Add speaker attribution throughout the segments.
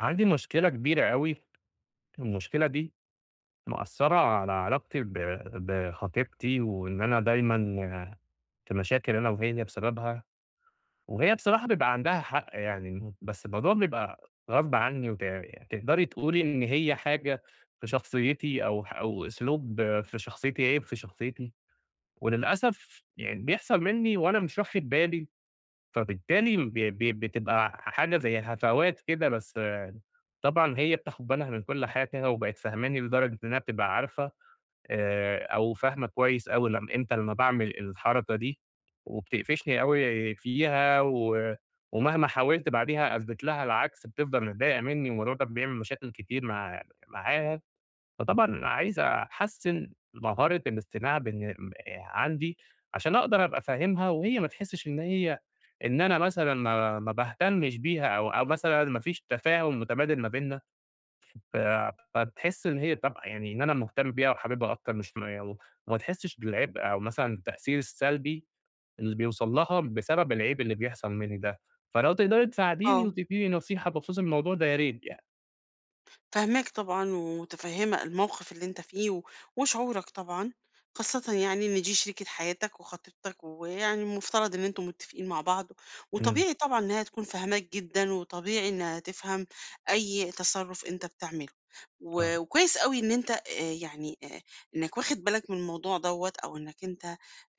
Speaker 1: عندي مشكلة كبيرة أوي، المشكلة دي مأثّرة على علاقتي بخطيبتي، وإن أنا دايمًا في مشاكل أنا وهي بسببها، وهي بصراحة بيبقى عندها حق يعني، بس الموضوع بيبقى غصب عني يعني تقدري تقولي إن هي حاجة في شخصيتي أو أو أسلوب في شخصيتي، عيب في شخصيتي، وللأسف يعني بيحصل منّي وأنا مش واخد بالي. فبالتالي ب ب بتبقى حاجة زي هفوات كده، بس طبعًا هي بتاخد بالها من كل حاجة وبقت فاهماني لدرجة إنها بتبقى عارفة أو فاهمة كويس أوي لم إمتى لمّا باعمل الحركة دي، وبتقفشني أوي فيها ومهما حاولت بعديها أثبت لها العكس بتفضل متضايقة منّي، والموضوع ده بيعمل مشاكل كتير معاها. فطبعًا عايز أحسّن مهارة الاستماع بإن عندي، عشان أقدر أبقى فاهمها وهي ما تحسّش إن هي إن أنا مثلًا ما باهتمش بيها أو مثلًا ما فيش تفاهم متبادل ما بيننا، ف فتحس إن هي، طب يعني إن أنا مهتم بيها وحاببها أكتر مش م و وما تحسّش بالعبء أو مثلًا التأثير السلبي اللي بيوصل لها بسبب العيب اللي بيحصل منّي ده، فلو تقدري تساعديني
Speaker 2: آه،
Speaker 1: وتدّيني نصيحة بخصوص الموضوع ده يا ريت يعني.
Speaker 2: فاهماك طبعًا ومتفهمة الموقف اللي أنت فيه و وشعورك طبعًا، خاصةً يعني إن دي شريكة حياتك وخطيبتك، ويعني المفترض إن أنتم متفقين مع بعض،
Speaker 1: إمم.
Speaker 2: وطبيعي طبعًا إنها تكون فاهماك جدًا، وطبيعي إنها تفهم أي تصرف أنت بتعمله، وكويس أوي إن أنت يعني إنك واخد بالك من الموضوع دوّة، أو إنك أنت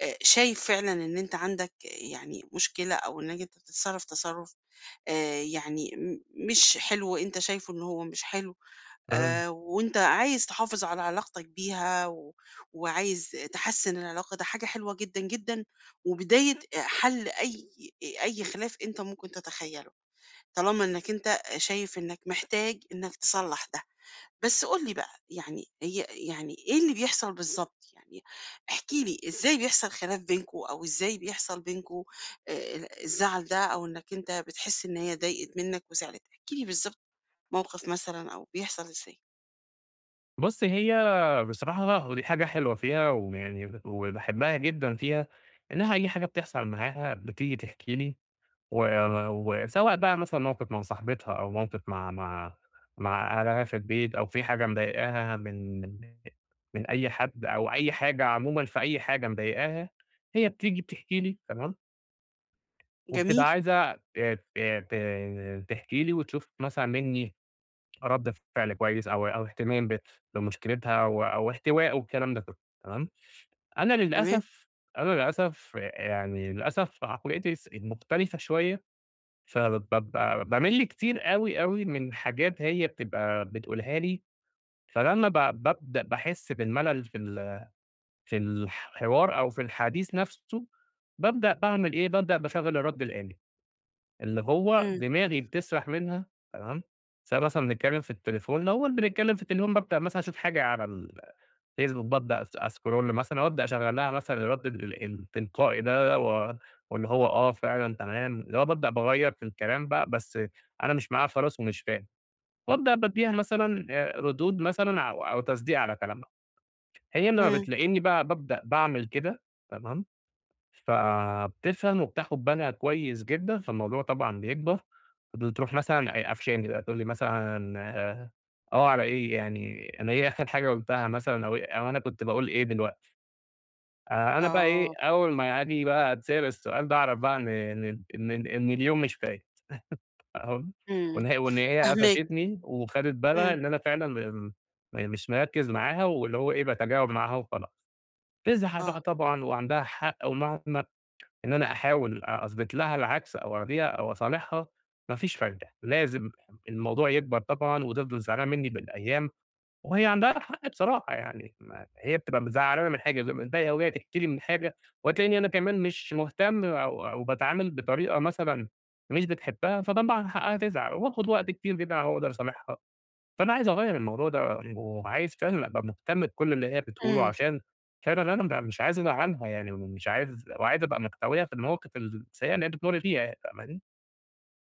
Speaker 2: شايف فعلًا إن أنت عندك آه، يعني مشكلة، أو إنك أنت بتتصرف تصرف يعني م مش حلو، أنت شايفه إن هو مش حلو،
Speaker 1: آه.
Speaker 2: وأنت عايز تحافظ على علاقتك بيها وعايز تحسّن العلاقة، ده حاجة حلوة جدًا، جدًا، وبداية حل أي خلاف أنت ممكن تتخيّله، طالما إنّك أنت شايف إنّك محتاج إنّك تصلّح ده. بس قُل لي بقى، يعني هي يعني إيه اللي بيحصل بالضبط؟ يعني احكِ لي إزاي بيحصل خلاف بينكم أو إزاي بيحصل بينكم ال الزعل ده أو إنّك أنت بتحس إن هي ضايقت منّك وزعلِت، احكِ لي بالضبط موقف مثلًا أو بيحصل إزاي؟
Speaker 1: بُص، هي بصراحة، ودي حاجة حلوة فيها ويعني وباحبها جدًا فيها، إنها أي حاجة بتحصل معاها بتيجي تحكي لي و وسواء بقى، مثلًا موقف مع صاحبتها أو موقف مع أهلها في البيت، أو في حاجة مضايقاها من أي حد، أو أي حاجة عمومًا، في أي حاجة مضايقاها هي بتيجي بتحكي لي، تمام،
Speaker 2: جميل،
Speaker 1: وبتبقى عايزة ت ت ت تحكي لي وتشوف مثلًا مني رد فعل كويس، أو اهتمام بمشكلتها أو احتواء والكلام ده كله، تمام. أنا
Speaker 2: تمام.
Speaker 1: للأسف أنا للأسف يعني، للأسف عقليتي مختلفة شوية، فبابقى بامِل كتير أوي، أوي من حاجات هي بتبقى بتقولها لي، فلمّا بابدأ باحس بالملل في الحوار، أو في الحديث نفسه، بابدأ باعمل إيه، بابدأ باشغّل الرد الآلي، اللي هو
Speaker 2: إمم،
Speaker 1: دماغي بتسرح منها، تمام. سواء مثلًا بنتكلم في التليفون، لو إحنا بنتكلم في التليفون بابدأ مثلًا أشوف حاجة على الفيسبوك، بابدأ أسكرول مثلًا، وأبدأ أشغّل لها مثلًا الرد التلقائي ده، واللي هو فعلًا تمام، اللي هو بابدأ باغيّر في الكلام بقى، بس أنا مش معاها خلاص ومش فاهم، وأبدأ بادّيها مثلًا ردود مثلًا، أو تصديق على كلامها. هي لمّا
Speaker 2: إمم.
Speaker 1: بتلاقيني بقى بابدأ باعمل كده، تمام. فبتفهم وبتاخد بالها كويس جدًا، فالموضوع طبعًا بيكبر، بتروح مثلًا قفشاني بقى، تقول لي مثلًا على إيه، يعني أنا إيه آخر حاجة قُلتها مثلًا، أو أو أنا كنت باقول إيه دلوقتي؟ أنا بقى إيه،
Speaker 2: آه،
Speaker 1: أول ما آجي بقى أتسأل السؤال ده أعرف بقى إن إن اليوم مش فايت. فاهم؟
Speaker 2: إمم.
Speaker 1: وإن هي
Speaker 2: فاهماك،
Speaker 1: قفشتني، وخدت بالها
Speaker 2: إمم،
Speaker 1: إن أنا فعلًا م م مش مركّز معاها، واللي هو إيه، باتجاوب معاها وخلاص. تزعل
Speaker 2: آه،
Speaker 1: بقى طبعًا، وعندها حق، ومهما إن أنا أحاول أثبت لها العكس أو أراضيها أو أصالحها، ما فيش فايدة، لازم الموضوع يكبر طبعًا، وتفضل زعلانة منّي بالأيام. وهي عندها حق بصراحة يعني، ما هي بتبقى زعلانة من حاجة زي ما قلت لها، وهي تحكي لي من حاجة وتلاقيني أنا كمان مش مهتم، أو باتعامل بطريقة مثلًا مش بتحبها، فطبعًا حقها تزعل، وباخد وقت كتير جدًا على ما أقدر أصالحها. فأنا عايز أغيّر الموضوع ده، وعايز فعلًا أبقى مهتم بكل اللي هي بتقوله،
Speaker 2: إمم.
Speaker 1: عشان فعلًا أنا مش عايز أزعّلها يعني، ومش عايز وعايز أبقى محتويها في المواقف السيئة اللي هي بتمُر بيها، يعني، فاهماني؟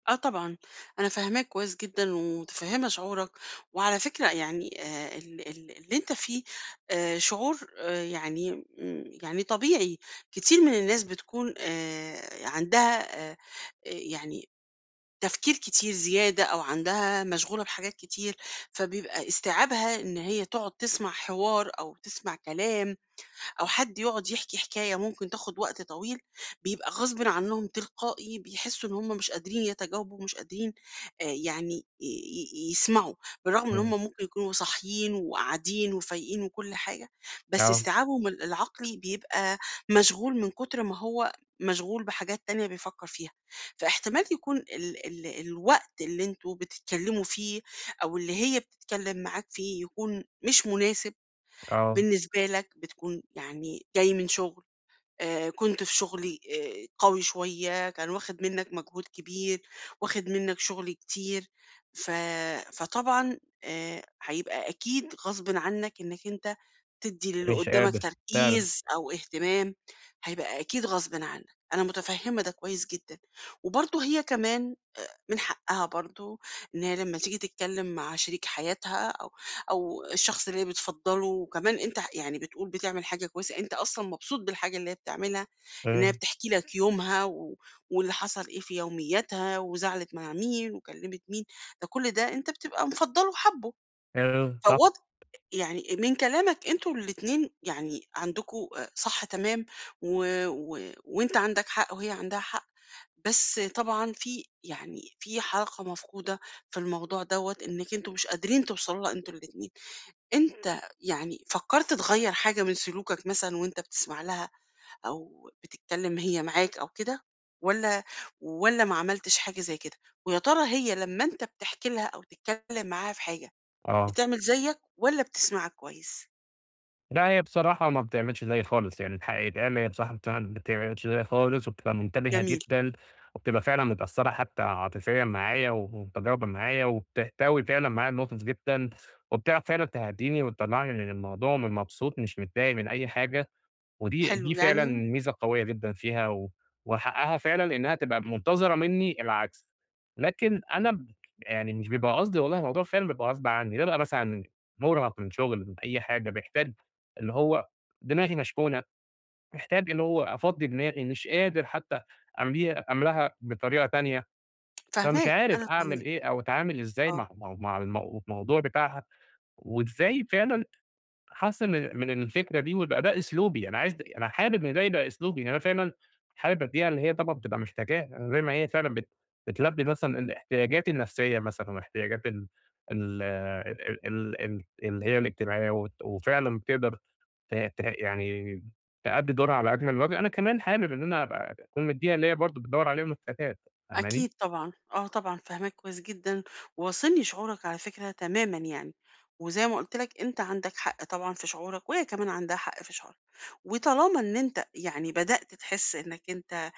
Speaker 2: آه طبعًا، أنا فاهماك كويس جدًا ومتفهمة شعورك، وعلى فكرة يعني ال ال اللي أنت فيه شعور يعني يعني طبيعي، كتير من الناس بتكون عندها يعني تفكير كتير زيادة أو عندها مشغولة بحاجات كتير، فبيبقى استيعابها إن هي تقعد تسمع حوار أو تسمع كلام أو حد يقعد يحكي حكاية ممكن تاخد وقت طويل، بيبقى غصبٍ عنهم تلقائي بيحسّوا إن هم مش قادرين يتجاوبوا، مش قادرين يعني ي ي يسمعوا، بالرغم إن هم
Speaker 1: إمم.
Speaker 2: ممكن يكونوا صاحيين وقاعدين وفايقين وكل حاجة، بس
Speaker 1: آه.
Speaker 2: استيعابهم العقلي بيبقى مشغول من كتر ما هو مشغول بحاجات تانية بيفكّر فيها، فاحتمال يكون ال ال الوقت اللي أنتم بتتكلّموا فيه أو اللي هي بتتكلّم معاك فيه يكون مش مناسب
Speaker 1: آه.
Speaker 2: بالنسبة لك، بتكون يعني جاي من شغل، كنت في شغلي قوي شوية، كان واخد منّك مجهود كبير، واخد منّك شغل كتير، ف فطبعًا هيبقى أكيد غصبٍ عنّك إنّك أنت تدّي للي
Speaker 1: مش
Speaker 2: قدّامك
Speaker 1: قادر فعلًا.
Speaker 2: تركيز أو اهتمام، هيبقى أكيد غصبٍ عنّك، أنا متفهّمة ده كويس جدًا، وبرضه هي كمان من حقها برضه إن هي لمّا تيجي تتكلم مع شريك حياتها أو الشخص اللي هي بتفضّله، وكمان أنت يعني بتقول بتعمل حاجة كويسة، أنت أصلًا مبسوط بالحاجة اللي هي بتعملها، إن هي
Speaker 1: إمم.
Speaker 2: بتحكي لك يومها و واللي حصل إيه في يومياتها، وزعلت مع مين وكلمت مين، ده كل ده أنت بتبقى مفضّله وحابه،
Speaker 1: إمم. صح.
Speaker 2: فواضح يعني من كلامك أنتم الاتنين يعني عندكم صح تمام، و و وأنت عندك حق وهي عندها حق، بس طبعًا في يعني في حلقة مفقودة في الموضوع دوّة إنِّك أنتم مش قادرين توصلوا لها أنتم الاتنين. أنت يعني فكّرت تغيّر حاجة من سلوكك مثلًا وأنت بتسمع لها أو بتتكلم هي معاك أو كده والّا والّا ما عملتش حاجة زي كده؟ ويا ترى هي لمّا أنت بتحكي لها أو تتكلم معاها في حاجة،
Speaker 1: آه.
Speaker 2: بتعمل زيّك والّا بتسمعك كويس؟
Speaker 1: لأ، هي بصراحة ما بتعملش زيي خالص، يعني الحق يتقال، هي بصراحة ما بتعملش زيي خالص، وبتبقى منتبهة
Speaker 2: جميل،
Speaker 1: جدًا، وبتبقى فعلًا متأثّرة حتى عاطفيًا معايا، ومتجاوبة معايا، وبتحتوي فعلًا معايا الموقف جدًا، وبتعرف فعلًا تهدّيني وتطلّعني من الموضوع مبسوط، مش متضايق من أي حاجة. ودي
Speaker 2: حلو،
Speaker 1: دي فعلًا
Speaker 2: يعني
Speaker 1: ميزة قوية جدًا فيها، وحقها فعلًا إنها تبقى منتظرة منّي العكس، لكن أنا يعني مش بيبقى قصدي، والله الموضوع فعلًا بيبقى غصب عني، بابقى مثلًا مُرهق من شغل، من أي حاجة، محتاج اللي هو دماغي مشحونة، محتاج اللي هو أفضّي دماغي، مش قادر حتى أملاها بطريقة تانية، فمش عارف
Speaker 2: أنا
Speaker 1: أعمل
Speaker 2: فاهماك،
Speaker 1: إيه أو أتعامل إزاي
Speaker 2: آه،
Speaker 1: مع الموضوع بتاعها، وإزاي فعلًا حاسس من الفكرة دي، ويبقى ده أسلوبي. أنا عايز د أنا حابب إن ده يبقى أسلوبي، يعني أنا فعلًا حابب أدّيها اللي هي طبعًا بتبقى محتاجاه، زي ما هي فعلًا بتلبّي مثلًا الاحتياجات النفسية، مثلًا واحتياجات ال ال ال ال ال اللي هي الاجتماعية، وفعلًا بتقدر ت ت يعني تأدّي دورها على أكمل وجه، أنا كمان حابب إن أنا أبقى أكون مدّيها اللي هي برضه بتدوّر عليهم الفتاات، فاهماني؟
Speaker 2: أكيد طبعًا، آه طبعًا فاهماك كويس جدًا، واصلني شعورك على فكرة تمامًا يعني، وزي ما قُلت لك أنت عندك حق طبعًا في شعورك، وهي كمان عندها حق في شعورها، وطالما إن أنت يعني بدأت تحس إنك أنت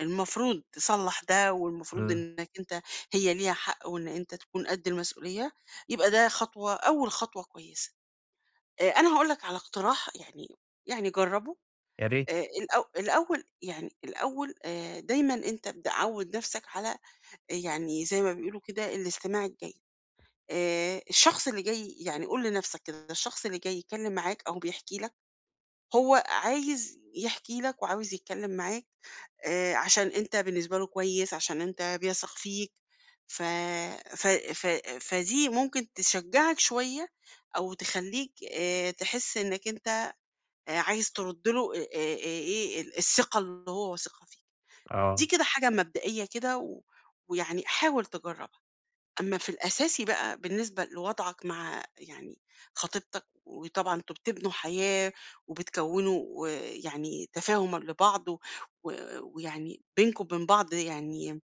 Speaker 2: المفروض تصلّح ده، والمفروض
Speaker 1: إمم.
Speaker 2: إنك أنت هي ليها حق وإن أنت تكون قد المسؤولية، يبقى ده خطوة أول خطوة كويسة. أنا هاقول لك على اقتراح، يعني يعني جرّبه.
Speaker 1: يا ريت.
Speaker 2: الأو الأول يعني الأول دايمًا أنت ابدأ عوّد نَفْسك على آه، يعني زي ما بيقولوا كده الاستماع الجيد، الشخص اللي جاي يعني قُل لنَفْسك كده الشخص اللي جاي يتكلّم معاك أو بيحكي لك، هو عايز يحكي لك وعاوز يتكلّم معاك عشان أنت بالنسبة له كويس، عشان أنت بيثق فيك، ف ف ف فدي ممكن تشجّعك شوية أو تخلّيك تحس إنّك أنت عايز ترُد له إيه ال الثقة اللي هو واثقها فيك. دي
Speaker 1: آه.
Speaker 2: كده حاجة مبدئية كده و ويعني حاول تجرّبها. أمّا في الأساسي بقى بالنسبة لوضعك مع يعني خطيبتك، وطبعًا أنتم بتبنوا حياة وبتكوّنوا آه، يعني تفاهم لبعض و و- ويعني بينكم وبين بعض يعني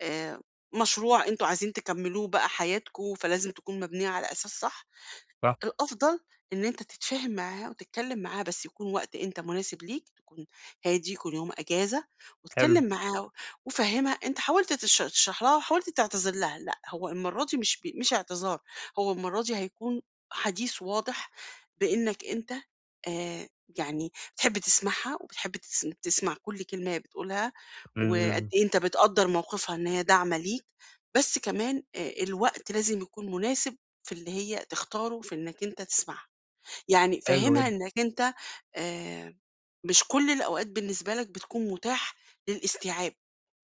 Speaker 2: آآ مشروع أنتم عايزين تكمّلوه بقى حياتكم، فلازم تكون مبنية على أساس صح.
Speaker 1: صح.
Speaker 2: الأفضل إن أنت تتفاهم معاه وتتكلم معاه بس يكون وقت أنت مناسب ليك، تكون هادي، يكون يوم أجازة،
Speaker 1: حلو.
Speaker 2: واتكلم معاه وفهّمها أنت حاولت تشرح لها وحاولت تعتذر لها، لأ هو المرّة دي مش اعتذار، هو المرّة دي هيكون حديث واضح بإنك أنت آآ يعني بتحب تسمعها وبتحب تسمع كل كلمة هي بتقولها، وقد
Speaker 1: إمم.
Speaker 2: إيه أنت بتقدّر موقفها إن هي داعمة ليك، بس كمان الوقت لازم يكون مناسب. في اللي هي تختاره في إنك أنت تسمعها، يعني
Speaker 1: حلو
Speaker 2: فهّمها
Speaker 1: جدًا.
Speaker 2: إنك أنت آآ، مش كل الأوقات بالنسبة لك بتكون متاح للاستيعاب،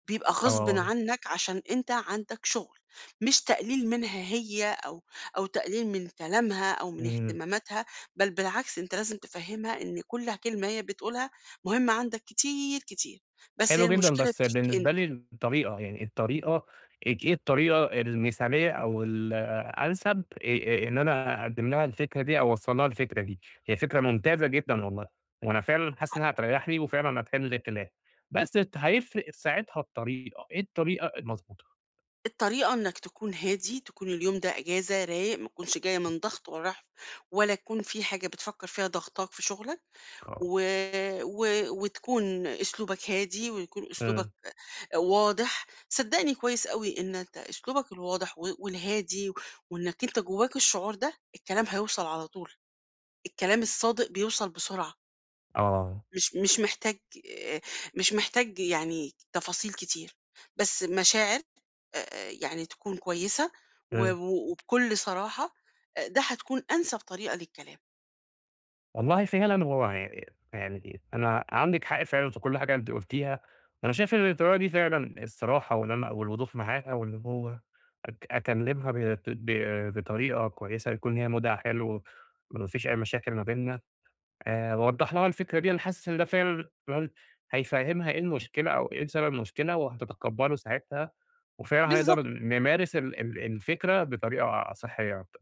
Speaker 2: بيبقى غصبٍ
Speaker 1: آه.
Speaker 2: عنك عشان أنت عندك شغل، مش تقليل منها هي أو تقليل من كلامها أو من
Speaker 1: إمم.
Speaker 2: اهتماماتها، بل بالعكس أنت لازم تفهّمها إن كل كلمة هي بتقولها مهمة عندك كتير، كتير، بس هي
Speaker 1: حلو جدًا،
Speaker 2: المشكلة
Speaker 1: بس
Speaker 2: فيك
Speaker 1: بالنسبة لي
Speaker 2: أنت.
Speaker 1: الطريقة، يعني الطريقة إيه الطريقة المثالية أو الأنسب إن أنا أقدّم لها الفكرة دي أو أوصّل لها الفكرة دي؟ هي فكرة ممتازة جدًا والله، وأنا فعلًا حاسس إنها هتريّحني وفعلًا هتحل الخلاف، بس هيفرق ساعتها الطريقة، إيه الطريقة المضبوطة؟
Speaker 2: الطريقة إنك تكون هادي، تكون اليوم ده إجازة، رايق، ما تكونش جاي من ضغط ولا رهق، ولا تكون في حاجة بتفكر فيها ضاغطاك في شغلك،
Speaker 1: آه.
Speaker 2: و و وتكون أسلوبك هادي، ويكون أسلوبك
Speaker 1: إمم.
Speaker 2: واضح. صدّقني كويس أوي إن أنت أسلوبك الواضح و والهادي، وإنك أنت جواك الشعور ده، الكلام هيوصل على طول، الكلام الصادق بيوصل بسرعة.
Speaker 1: آه.
Speaker 2: مش محتاج آآ مش محتاج يعني تفاصيل كتير، بس مشاعر يعني تكون كويسة و
Speaker 1: إمم.
Speaker 2: و وبكل صراحة، ده هتكون أنسب طريقة للكلام.
Speaker 1: والله فعلًا هو يعني أنا عندِك حق فعلًا في كل حاجة أنتِ قُلتيها، أنا شايف إن الطريقة دي فعلًا الصراحة، وإن أنا والوضوح معاها، وإن هو أكلمها ب ب بطريقة كويسة، يكون ليها مودها حلو، ما فيش أي مشاكل ما بيننا، وأوضّح لها الفكرة دي، أنا حاسس إن ده فعلًا فعلاً هيفهمها إيه المشكلة أو إيه سبب المشكلة، وهتتقبّله ساعتها، وفعلًا
Speaker 2: بالضبط،
Speaker 1: هنقدر نمارس ال ال الفكرة بطريقة صحية أكتر.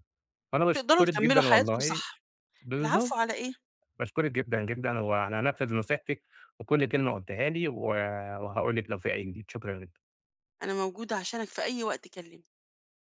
Speaker 1: فأنا
Speaker 2: تقدروا
Speaker 1: باشكرِك
Speaker 2: تكمّلوا
Speaker 1: جدًا
Speaker 2: حياتكم
Speaker 1: والله.
Speaker 2: صح.
Speaker 1: بالضبط.
Speaker 2: العفو على إيه؟
Speaker 1: باشكرِك جدًا، جدًا، وأنا هانفذ نصيحتِك وكل كلمة قُلتيها لي، وهاقول لِك لو في أي جديد. شكرًا.
Speaker 2: أنا موجودة عشانك في أي وقت، كلمني.